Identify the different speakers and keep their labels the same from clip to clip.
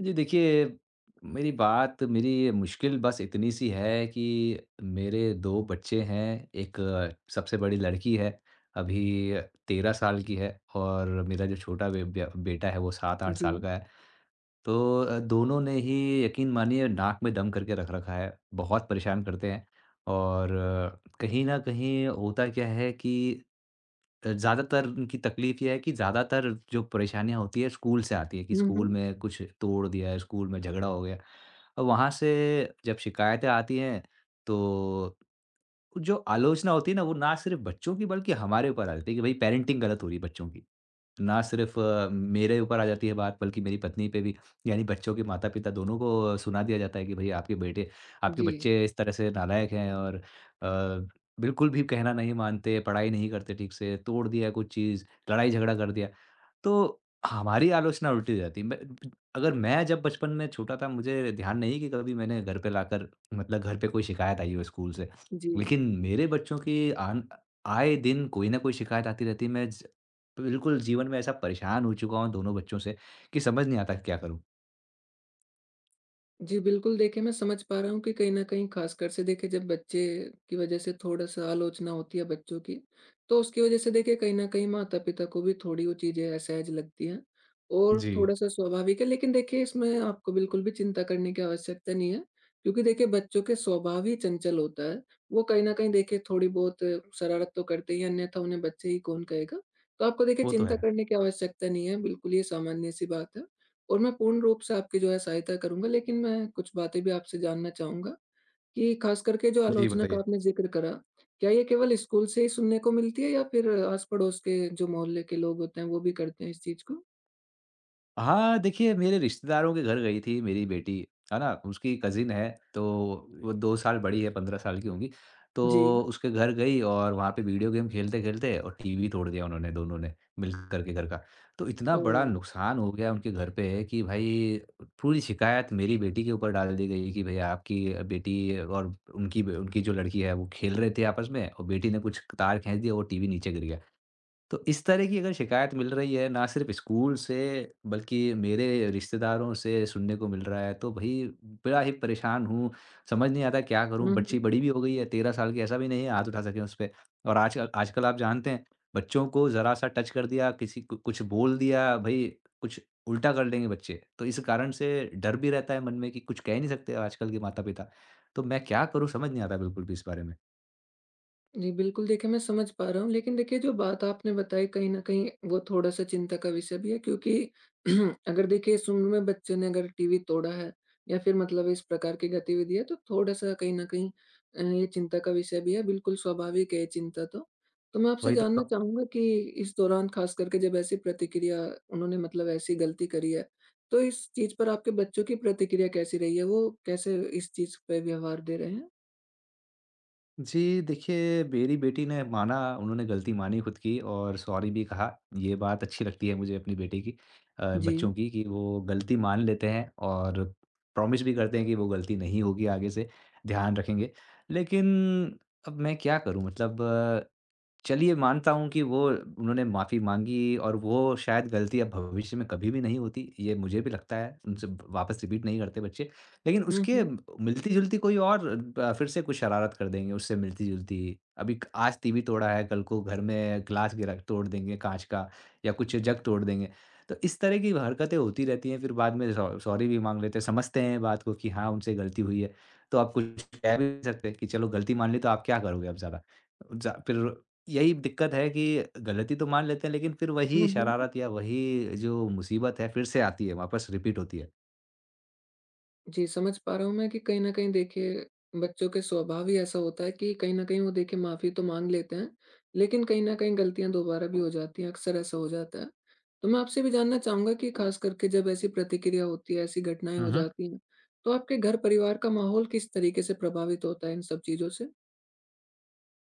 Speaker 1: जी, देखिए, मेरी बात मेरी मुश्किल बस इतनी सी है कि मेरे 2 बच्चे हैं, एक सबसे बड़ी लड़की है, अभी 13 साल की है और मेरा जो छोटा बे बे बेटा है, वो 7-8
Speaker 2: जी।
Speaker 1: साल का है। तो दोनों ने ही यकीन मानिए नाक में दम करके रख रखा है। बहुत परेशान करते हैं और कहीं न कहीं होता क्या है कि ज़्यादातर उनकी तकलीफ़ ये है कि ज़्यादातर जो परेशानियाँ होती है स्कूल से आती है कि
Speaker 2: हुँ,
Speaker 1: स्कूल
Speaker 2: हुँ।
Speaker 1: में कुछ तोड़ दिया, है, स्कूल में झगड़ा हो गया। और वहाँ से जब शिकायतें आती हैं तो जो आलोचना होती है ना वो ना सिर्फ़ बच्चों की बल्कि हमारे ऊपर आ जाती है कि भई पेरेंटिंग गलत हो रही है बच्चों की। ना सिर्फ़ मेरे ऊपर आ जाती है बात बल्कि मेरी पत्नी पे भी, यानी बच्चों के माता-पिता दोनों को सुना दिया जाता है कि भई आपके बेटे आपके
Speaker 2: जी,
Speaker 1: बच्चे इस तरह से नालायक हैं और अ, बिल्कुल भी कहना नहीं मानते, पढ़ाई नहीं करते ठीक से, तोड़ दिया कुछ चीज़, लड़ाई-झगड़ा कर दिया। तो हमारी आलोचना उल्टी हो जाती है। मैं अगर मैं जब बचपन में छोटा था मुझे ध्यान नहीं कि कभी मैंने घर पे लाकर मतलब घर पे कोई शिकायत आई हो स्कूल से।
Speaker 2: जी।
Speaker 1: लेकिन मेरे बच्चों की आन आए दिन कोई न कोई शिकायत आती रहती है। मैं ज बिल्कुल जीवन में ऐसा परेशान हो चुका हूँ दोनों बच्चों से कि समझ नहीं आता कि क्या करूँ?
Speaker 2: जी, बिल्कुल देखिए मैं समझ पा रहा हूँ कि कहीं न कहीं ख़ासकर से देखिए जब बच्चे की वज़ह से थोड़ा-सा आलोचना होती है बच्चों की, तो उसकी वज़ह से देखिए कहीं न कहीं माता-पिता को भी थोड़ी वो चीज़ें असहज लगती हैं और
Speaker 1: जी,
Speaker 2: थोड़ा-सा स्वाभाविक है। लेकिन देखिए इसमें आपको बिल्कुल भी चिंता करने की आवश्यकता नहीं है, क्योंकि देखिए बच्चों के स्वभाव ही चंचल होता है। वो कहीं न कहीं देखिए थोड़ी बहुत शरारत तो करते ही हैं, अन्यथा उन्हें बच्चे ही कौन कहेगा। तो आपको देखिए
Speaker 1: वो तो
Speaker 2: चिंता
Speaker 1: है।
Speaker 2: करने की आवश्यकता नहीं है, बिल्कुल ये सामान्य-सी बात है। और मैं पूर्ण रूप से आपकी जो है सहायता करूँगा, लेकिन मैं कुछ बातें भी आपसे जानना चाहूँगा कि ख़ास करके जो
Speaker 1: जी
Speaker 2: आलोचना का
Speaker 1: बताइए।
Speaker 2: आपने ज़िक्र करा, क्या ये केवल स्कूल से ही सुनने को मिलती है या फिर आस-पड़ोस के जो मोहल्ले के लोग होते हैं, वो भी करते हैं इस चीज़ को?
Speaker 1: हाँ, देखिए मेरे रिश्तेदारों के घर गई थी मेरी बेटी, है ना? उसकी कज़िन है, तो जी। वो 2 साल बड़ी है, 15 साल की होंगी।
Speaker 2: जी।
Speaker 1: तो उसके घर गई और वहाँ पे वीडियो गेम खेलते-खेलते और टीवी तोड़ दिया उन्होंने दोनों ने, मिल कर के घर का। तो इतना
Speaker 2: ओह!
Speaker 1: बड़ा नुकसान हो गया उनके घर पे कि भई पूरी शिकायत मेरी बेटी के ऊपर डाल दी गई कि भई आपकी बेटी और उनकी ब उनकी जो लड़की है वो खेल रहे थे आपस में और बेटी ने कुछ तार खींच दिया, वो टीवी नीचे गिर गया। तो इस तरह की अगर शिकायत मिल रही है ना सिर्फ स्कूल से बल्कि मेरे रिश्तेदारों से सुनने को मिल रहा है तो भाई बड़ा ही परेशान हूँ। समझ नहीं आता क्या करूँ?
Speaker 2: हुँ,
Speaker 1: बच्ची
Speaker 2: हुँ।
Speaker 1: बड़ी भी हो गई है 13 साल की ऐसा भी नहीं है हाथ उठा सकें उस पे। और आजकल आजकल आप जानते हैं बच्चों को ज़रा-सा टच कर दिया किसी को कुछ बोल दिया भई कुछ उल्टा कर लेंगे बच्चे। तो इस कारण से डर भी रहता है मन में कि कुछ कह ही नहीं सकते आजकल के माता-पिता। तो मैं क्या करूँ समझ नहीं आता बिल्कुल भी इस बारे में।
Speaker 2: जी, बिल्कुल देखिए मैं समझ पा रहा हूँ। लेकिन देखिए जो बात आपने बताई कहीं न कहीं वो थोड़ा-सा चिंता का विषय भी है, क्योंकि अगर देखिए इस उम्र में बच्चे ने अगर टीवी तोड़ा है या फिर मतलब इस प्रकार की गतिविधि है, तो थोड़ा-सा कहीं न कहीं ये चिंता का विषय भी है। बिल्कुल स्वाभाविक है ये चिंता तो। तो मैं आपसे
Speaker 1: वही
Speaker 2: जानना
Speaker 1: तो
Speaker 2: चाहूँगा कि इस दौरान ख़ास करके जब ऐसी प्रतिक्रिया उन्होंने मतलब ऐसी गलती करी है, तो इस चीज़ पर आपके बच्चों की प्रतिक्रिया कैसी रही है? वो कैसे इस चीज़ पे व्यवहार दे रहे हैं?
Speaker 1: जी, देखिए मेरी बेटी ने माना उन्होंने गलती मानी खुद की और सॉरी भी कहा। ये बात अच्छी लगती है मुझे अपनी बेटी की
Speaker 2: जी।
Speaker 1: बच्चों की कि वो गलती मान लेते हैं और प्रॉमिस भी करते हैं कि वो गलती नहीं होगी आगे से, ध्यान रखेंगे। लेकिन अब मैं क्या करूँ मतलब चलिए मानता हूँ कि वो उन्होंने माफ़ी माँगी और वो शायद गलती अब भविष्य में कभी भी नहीं होती, ये मुझे भी लगता है, उनसे वापस रिपीट नहीं करते बच्चे। लेकिन
Speaker 2: हुँ,
Speaker 1: उसके
Speaker 2: हुँ।
Speaker 1: मिलती-जुलती कोई और फिर से कुछ शरारत कर देंगे उससे मिलती-जुलती। अभी क आज टीवी तोड़ा है, कल को घर में ग्लास गिरा तोड़ देंगे काँच का या कुछ जग तोड़ देंगे। तो इस तरह की हरकतें होती रहती हैं, फिर बाद में सॉ सॉरी भी माँग लेते हैं, समझते हैं बात को कि हाँ, उनसे गलती हुई है। तो आप कुछ कह भी नहीं सकते कि चलो गलती मान ली तो आप क्या करोगे अब ज़्यादा? ज़ा फिर यही दिक्कत है कि गलती तो मान लेते हैं लेकिन फिर
Speaker 2: हुँ,
Speaker 1: वही
Speaker 2: हुँ।
Speaker 1: शरारत या वही जो मुसीबत है फिर से आती है, वापस रिपीट होती है।
Speaker 2: जी, समझ पा रहा हूँ मैं कि कहीं न कहीं देखिए, बच्चों के स्वभाव ही ऐसा होता है कि कहीं न कहीं वो देखिए माफ़ी तो माँग लेते हैं, लेकिन कहीं न कहीं गलतियाँ दोबारा भी हो जाती हैं, अक्सर ऐसा हो जाता है। तो मैं आपसे भी जानना चाहूँगा कि ख़ास करके जब ऐसी प्रतिक्रिया होती है, ऐसी घटनाएँ
Speaker 1: हुँ,
Speaker 2: हो
Speaker 1: हुँ।
Speaker 2: जाती हैं, तो आपके घर परिवार का माहौल किस तरीके से प्रभावित होता है इन सब चीज़ों से?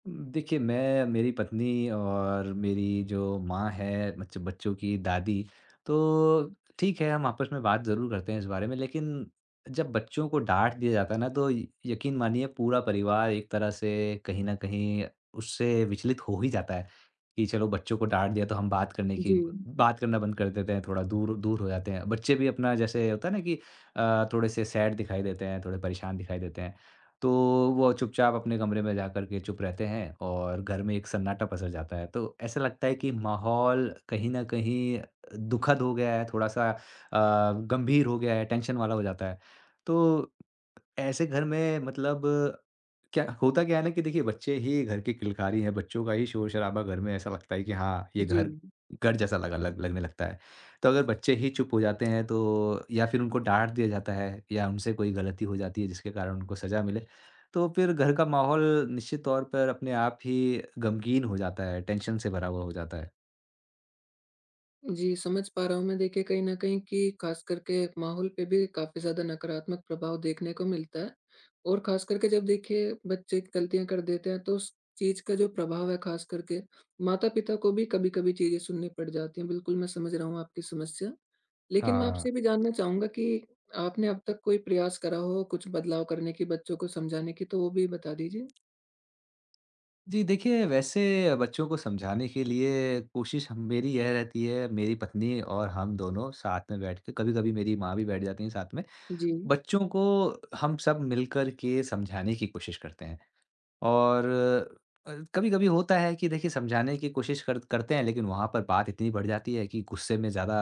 Speaker 1: देखिए, मैं, मेरी पत्नी और मेरी जो माँ है, बच्चों की दादी, तो ठीक है, हम आपस में बात ज़रूर करते हैं इस बारे में। लेकिन जब बच्चों को डाँट दिया जाता है ना, तो य यकीन मानिए पूरा परिवार एक तरह से कहीं न कहीं उससे विचलित हो ही जाता है, कि चलो बच्चों को डाँट दिया तो हम बात करने
Speaker 2: जी,
Speaker 1: की ब बात करना बंद कर देते हैं, थोड़ा दूर दूर हो जाते हैं। बच्चे भी अपना जैसे होता है ना कि थोड़े से सैड दिखाई देते हैं, थोड़े परेशान दिखाई देते हैं। तो वो चुपचाप अपने कमरे में जाकर के चुप रहते हैं और घर में एक सन्नाटा पसर जाता है। तो ऐसा लगता है कि माहौल कहीं न कहीं दुखद हो गया है, थोड़ा-सा गंभीर हो गया है, टेंशन वाला हो जाता है। तो ऐसे घर में मतलब क्या होता क्या है ना कि देखिए बच्चे ही घर की किलकारी हैं, बच्चों का ही शोर-शराबा घर में ऐसा लगता है कि हाँ, ये
Speaker 2: जी।
Speaker 1: घर घर जैसा लगा लग लगने लगता है। तो अगर बच्चे ही चुप हो जाते हैं तो या फिर उनको डाँट दिया जाता है या उनसे कोई गलती हो जाती है जिसके कारण उनको सज़ा मिले, तो फिर घर का माहौल निश्चित तौर पर अपने आप ही गमगीन हो जाता है, टेंशन से भरा हुआ हो जाता है।
Speaker 2: जी, समझ पा रहा हूँ मैं देखिए कहीं न कहीं कि ख़ास करके माहौल पे भी काफ़ी ज़्यादा नकारात्मक प्रभाव देखने को मिलता है। और ख़ास करके जब देखिए बच्चे गलतियाँ कर देते हैं, तो उस चीज़ का जो प्रभाव है ख़ास करके माता-पिता को भी कभी-कभी चीज़ें सुननी पड़ जाती हैं। बिल्कुल, मैं समझ रहा हूँ आपकी समस्या। लेकिन मैं आपसे
Speaker 1: हाँ।
Speaker 2: ये भी जानना चाहूँगा कि आपने अब तक कोई प्रयास करा हो कुछ बदलाव करने की, बच्चों को समझाने की, तो वो भी बता दीजिए?
Speaker 1: जी, देखिए वैसे बच्चों को समझाने के लिए कोशिश हम मेरी यह रहती है, मेरी पत्नी और हम दोनों साथ में बैठ के कभी-कभी मेरी माँ भी बैठ जाती हैं साथ में।
Speaker 2: जी।
Speaker 1: बच्चों को हम सब मिलकर के समझाने की कोशिश करते हैं। और कभी-कभी होता है कि देखिए समझाने की कोशिश कर करते हैं लेकिन वहाँ पर बात इतनी बढ़ जाती है कि गुस्से में ज़्यादा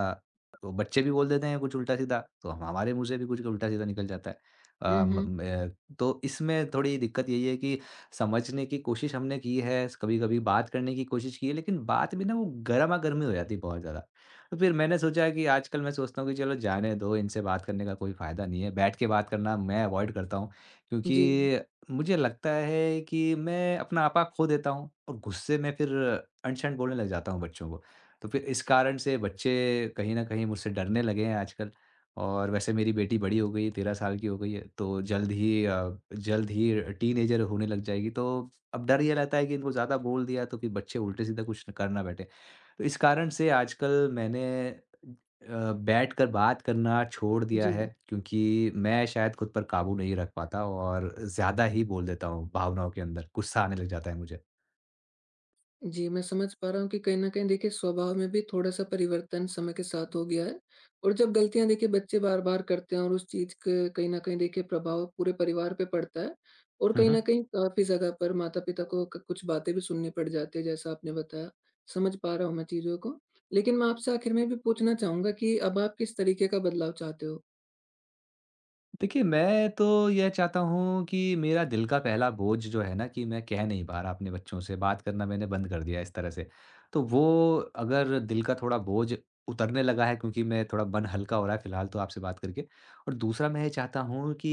Speaker 1: तो बच्चे भी बोल देते हैं कुछ उल्टा-सीधा, तो हम हमारे मुँह से भी कुछ उल्टा-सीधा निकल जाता है। अ,
Speaker 2: हुँ,
Speaker 1: म
Speaker 2: हुँ।
Speaker 1: म अ, तो इसमें थोड़ी दिक्कत यही है कि समझने की कोशिश हमने की है, कभी-कभी बात करने की कोशिश की है लेकिन बात में ना वो गरमा-गरमी हो जाती है बहुत ज़्यादा। तो फिर मैंने सोचा कि आजकल मैं सोचता हूँ कि चलो जाने दो इनसे बात करने का कोई फ़ायदा नहीं है, बैठ के बात करना मैं अवॉइड करता हूँ
Speaker 2: जी।
Speaker 1: क्योंकि मुझे लगता है कि मैं अपना आपा खो देता हूँ और गुस्से में फिर अनशन बोलने लग जाता हूँ बच्चों को। तो फिर इस कारण से बच्चे कहीं न कहीं मुझसे डरने लगे हैं आजकल और वैसे मेरी बेटी बड़ी हो गई है, 13 साल की हो गई है, तो जल्द ही टीनेजर होने लग जाएगी। तो अब डर ये रहता है कि इनको ज़्यादा बोल दिया तो कि बच्चे उल्टे-सीधा कुछ न कर ना बैठे। तो इस कारण से आजकल मैंने बैठकर बात करना छोड़ दिया है
Speaker 2: जी।
Speaker 1: क्योंकि मैं शायद खुद पर काबू नहीं रख पाता और ज़्यादा ही बोल देता हूँ भावनाओं के अंदर, गुस्सा आने लग जाता है मुझे।
Speaker 2: जी, मैं समझ पा रहा हूँ कि कहीं न कहीं देखिए स्वभाव में भी थोड़ा-सा परिवर्तन समय के साथ हो गया है, और जब गलतियाँ देखिए बच्चे बार-बार करते हैं और उस चीज़ के कहीं न कहीं देखिए प्रभाव पूरे परिवार पे पड़ता है, और
Speaker 1: हुँ,
Speaker 2: कहीं न
Speaker 1: हुँ।
Speaker 2: कहीं काफ़ी जगह पर माता-पिता को क कुछ बातें भी सुननी पड़ जाती है जैसा आपने बताया। समझ पा रहा हूँ मैं चीज़ों को। लेकिन मैं आपसे आखिर में भी पूछना चाहूँगा कि अब आप किस तरीके का बदलाव चाहते हो?
Speaker 1: देखिए, मैं तो यह चाहता हूँ कि मेरा दिल का पहला बोझ जो है ना कि मैं कह नहीं पा रहा अपने बच्चों से, बात करना मैंने बंद कर दिया है इस तरह से। तो वो अगर दिल का थोड़ा बोझ उतरने लगा है क्योंकि मैं थोड़ा मन हल्का हो रहा है फिलहाल तो आपसे बात करके और दूसरा मैं ये चाहता हूँ कि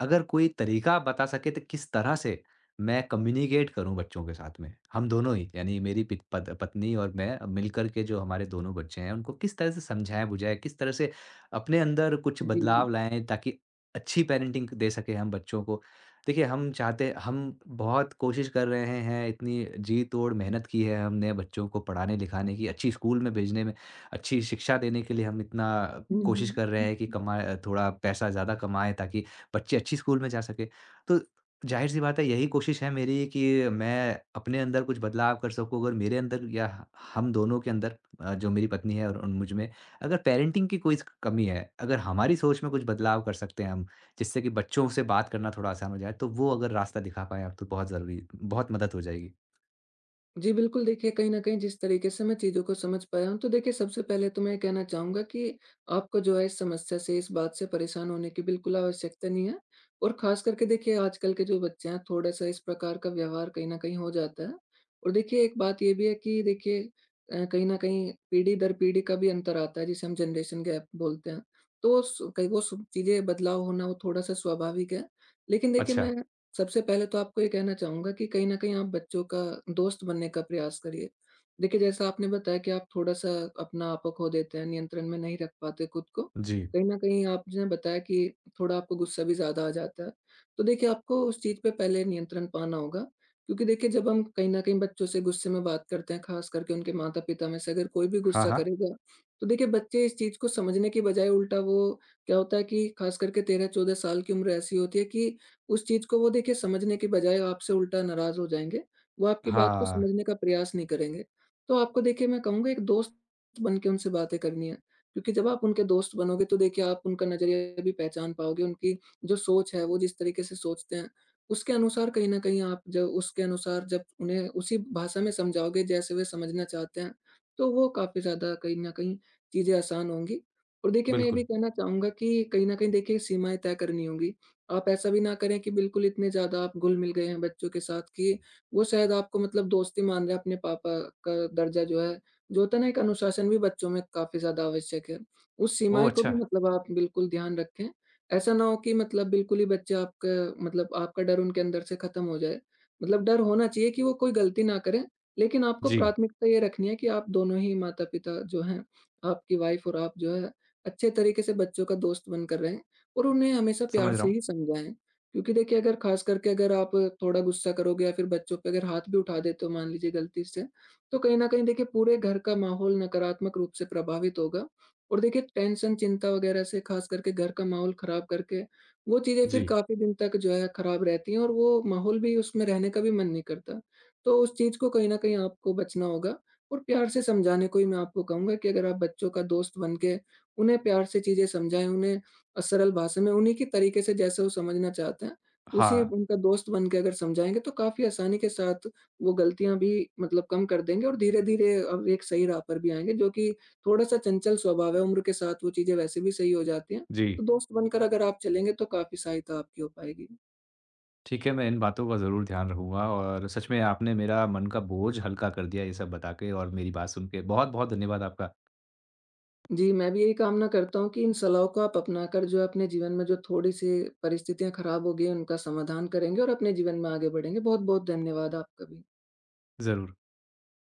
Speaker 1: अगर कोई तरीका आप बता सकें तो किस तरह से मैं कम्युनिकेट करूँ बच्चों के साथ में? हम दोनों ही यानी मेरी पित पत पत्नी और मैं मिलकर के जो हमारे दोनों बच्चे हैं उनको किस तरह से समझाएँ-बुझाएँ, किस तरह से अपने अंदर कुछ
Speaker 2: जी, जी।
Speaker 1: बदलाव
Speaker 2: जी।
Speaker 1: लाएँ ताकि अच्छी पैरेंटिंग दे सकें हम बच्चों को। देखिए हम बहुत कोशिश कर रहे हैं, इतनी जी-तोड़ मेहनत की है हमने बच्चों को पढ़ाने-लिखाने की, अच्छी स्कूल में भेजने में, अच्छी शिक्षा देने के लिए हम इतना
Speaker 2: हुँ,
Speaker 1: कोशिश कर रहे
Speaker 2: हुँ।
Speaker 1: हैं कि कमा थोड़ा पैसा ज़्यादा कमाएँ ताकि बच्चे अच्छी स्कूल में जा सके। तो ज़ाहिर-सी बात है यही कोशिश है मेरी कि मैं अपने अंदर कुछ बदलाव कर सकूँ अगर मेरे अंदर या हम दोनों के अंदर जो मेरी पत्नी है और मुझ में अगर पेरेंटिंग की कोई स कमी है, अगर हमारी सोच में कुछ बदलाव कर सकते हैं हम, जिससे कि बच्चों से बात करना थोड़ा आसान हो जाए, तो वो अगर रास्ता दिखा पाएँ आप तो बहुत ज़रूरी बहुत मदद हो जाएगी।
Speaker 2: जी, बिल्कुल देखिए, कहीं न कहीं जिस तरीके से मैं चीज़ों को समझ पाया हूँ, तो देखिए सबसे पहले तो मैं ये कहना चाहूँगा कि आपको जो है इस समस्या से, इस बात से परेशान होने की बिल्कुल आवश्यकता नहीं है। और ख़ास करके देखिए आजकल के जो बच्चे हैं, थोड़ा-सा इस प्रकार का व्यवहार कहीं न कहीं हो जाता है। और देखिए एक बात ये भी है कि देखिए कहीं न कहीं पीढ़ी दर पीढ़ी का भी अंतर आता है, जिसे हम जनरेशन गैप बोलते हैं। तो सु कई वो सु चीज़ें बदलाव होना वो थोड़ा-सा स्वाभाविक है। लेकिन देखिए
Speaker 1: अच्छा,
Speaker 2: मैं सबसे पहले तो आपको ये कहना चाहूँगा कि कहीं न कहीं आप बच्चों का दोस्त बनने का प्रयास करिए। देखिए, जैसा आपने बताया कि आप थोड़ा-सा अपना आपा खो देते हैं, नियंत्रण में नहीं रख पाते खुद को।
Speaker 1: जी।
Speaker 2: कहीं न कहीं आपने बताया कि थोड़ा आपको गुस्सा भी ज़्यादा आ जाता है। तो देखिए, आपको उस चीज़ पे पहले नियंत्रण पाना होगा, क्योंकि देखिए, जब हम कहीं न कहीं बच्चों से गुस्से में बात करते हैं, ख़ास करके उनके माता-पिता में से अगर कोई भी
Speaker 1: हाँ,
Speaker 2: गुस्सा
Speaker 1: हाँ।
Speaker 2: करेगा, तो देखिए बच्चे इस चीज़ को समझने की बजाय उल्टा वो क्या होता है कि ख़ास करके 13-14 साल की उम्र ऐसी होती है कि उस चीज़ को वो देखिए समझने की बजाय आपसे उल्टा नाराज़ हो जाएँगे, वो आपकी बात को
Speaker 1: हाँ,
Speaker 2: समझने का प्रयास नहीं करेंगे। तो आपको देखिए मैं कहूँगा एक दोस्त बन के उनसे बातें करनी है, क्योंकि जब आप उनके दोस्त बनोगे तो देखिए आप उनका नज़रिया भी पहचान पाओगे, उनकी जो सोच है वो जिस तरीके से सोचते हैं, उसके अनुसार कहीं न कहीं आप जब उसके अनुसार जब उन्हें उसी भाषा में समझाओगे जैसे वे समझना चाहते हैं, तो वो काफ़ी ज़्यादा कहीं न कहीं चीज़ें आसान होंगी। और देखिए मैं ये भी
Speaker 1: बिल्कुल।
Speaker 2: कहना चाहूँगा कि कहीं न कहीं देखिए सीमाएँ तय करनी होंगी। आप ऐसा भी ना करें कि बिल्कुल इतने ज़्यादा आप घुल-मिल गए हैं बच्चों के साथ कि वो शायद आपको मतलब दोस्ती मान रहे हैं, अपने पापा का दर्जा जो है जो होता है ना, एक अनुशासन भी बच्चों में काफ़ी ज़्यादा आवश्यक है। उस
Speaker 1: ओह!
Speaker 2: सीमाएँ को
Speaker 1: अच्छा,
Speaker 2: भी मतलब आप बिल्कुल ध्यान रखें। ऐसा ना हो कि मतलब बिल्कुल ही बच्चे आपका मतलब आपका डर उनके अंदर से खत्म हो जाए। मतलब डर होना चाहिए कि वो कोई गलती ना करें, लेकिन आपको
Speaker 1: जी,
Speaker 2: प्राथमिकता ये रखनी है कि आप दोनों ही माता-पिता जो हैं, आपकी वाइफ़ और आप जो है, अच्छे तरीके से बच्चों का दोस्त बनकर रहें। और उन्हें हमेशा प्यार
Speaker 1: समझ रहा
Speaker 2: से
Speaker 1: हूँ।
Speaker 2: ही समझाएँ। क्योंकि देखिए अगर ख़ास करके अगर आप थोड़ा गुस्सा करोगे या फिर बच्चों पे अगर हाथ भी उठा देते हो मान लीजिए गलती से, तो कहीं न कहीं देखिए पूरे घर का माहौल नकारात्मक रूप से प्रभावित होगा। और देखिए टेंशन, चिंता वग़ैरह से ख़ास करके घर का माहौल ख़राब करके वो चीज़ें फिर
Speaker 1: जी,
Speaker 2: काफ़ी दिन तक जो है ख़राब रहती हैं, और वो माहौल भी उसमें रहने का भी मन नहीं करता। तो उस चीज़ को कहीं न कहीं आपको बचना होगा, और प्यार से समझाने को ही मैं आपको कहूँगा कि अगर आप बच्चों का दोस्त बन के उन्हें प्यार से चीज़ें समझाएँ, उन्हें सरल भाषा में उन्हीं के तरीके से जैसे वो समझना चाहते हैं, उसी
Speaker 1: हाँ,
Speaker 2: उनका दोस्त बन के अगर समझाएँगे तो काफ़ी आसानी के साथ वो गलतियाँ भी मतलब कम कर देंगे और धीरे-धीरे अब एक सही राह पर भी आएँगे, जो कि थोड़ा-सा चंचल स्वभाव है, उम्र के साथ वो चीज़ें वैसे भी सही हो जाती हैं।
Speaker 1: जी।
Speaker 2: तो दोस्त बनकर अगर आप चलेंगे तो काफ़ी सहायता आपकी हो पाएगी।
Speaker 1: ठीक है, मैं इन बातों का ज़रूर ध्यान रखूँगा और सच में आपने मेरा मन का बोझ हल्का कर दिया ये सब बता के और मेरी बात सुन के। बहुत-बहुत धन्यवाद आपका।
Speaker 2: जी, मैं भी यही कामना करता हूँ कि इन सलाहों को आप अपनाकर जो है अपने जीवन में जो थोड़ी-सी परिस्थितियाँ खराब हो गई हैं, उनका समाधान करेंगे और अपने जीवन में आगे बढ़ेंगे। बहुत-बहुत धन्यवाद आपका भी।
Speaker 1: ज़रूर।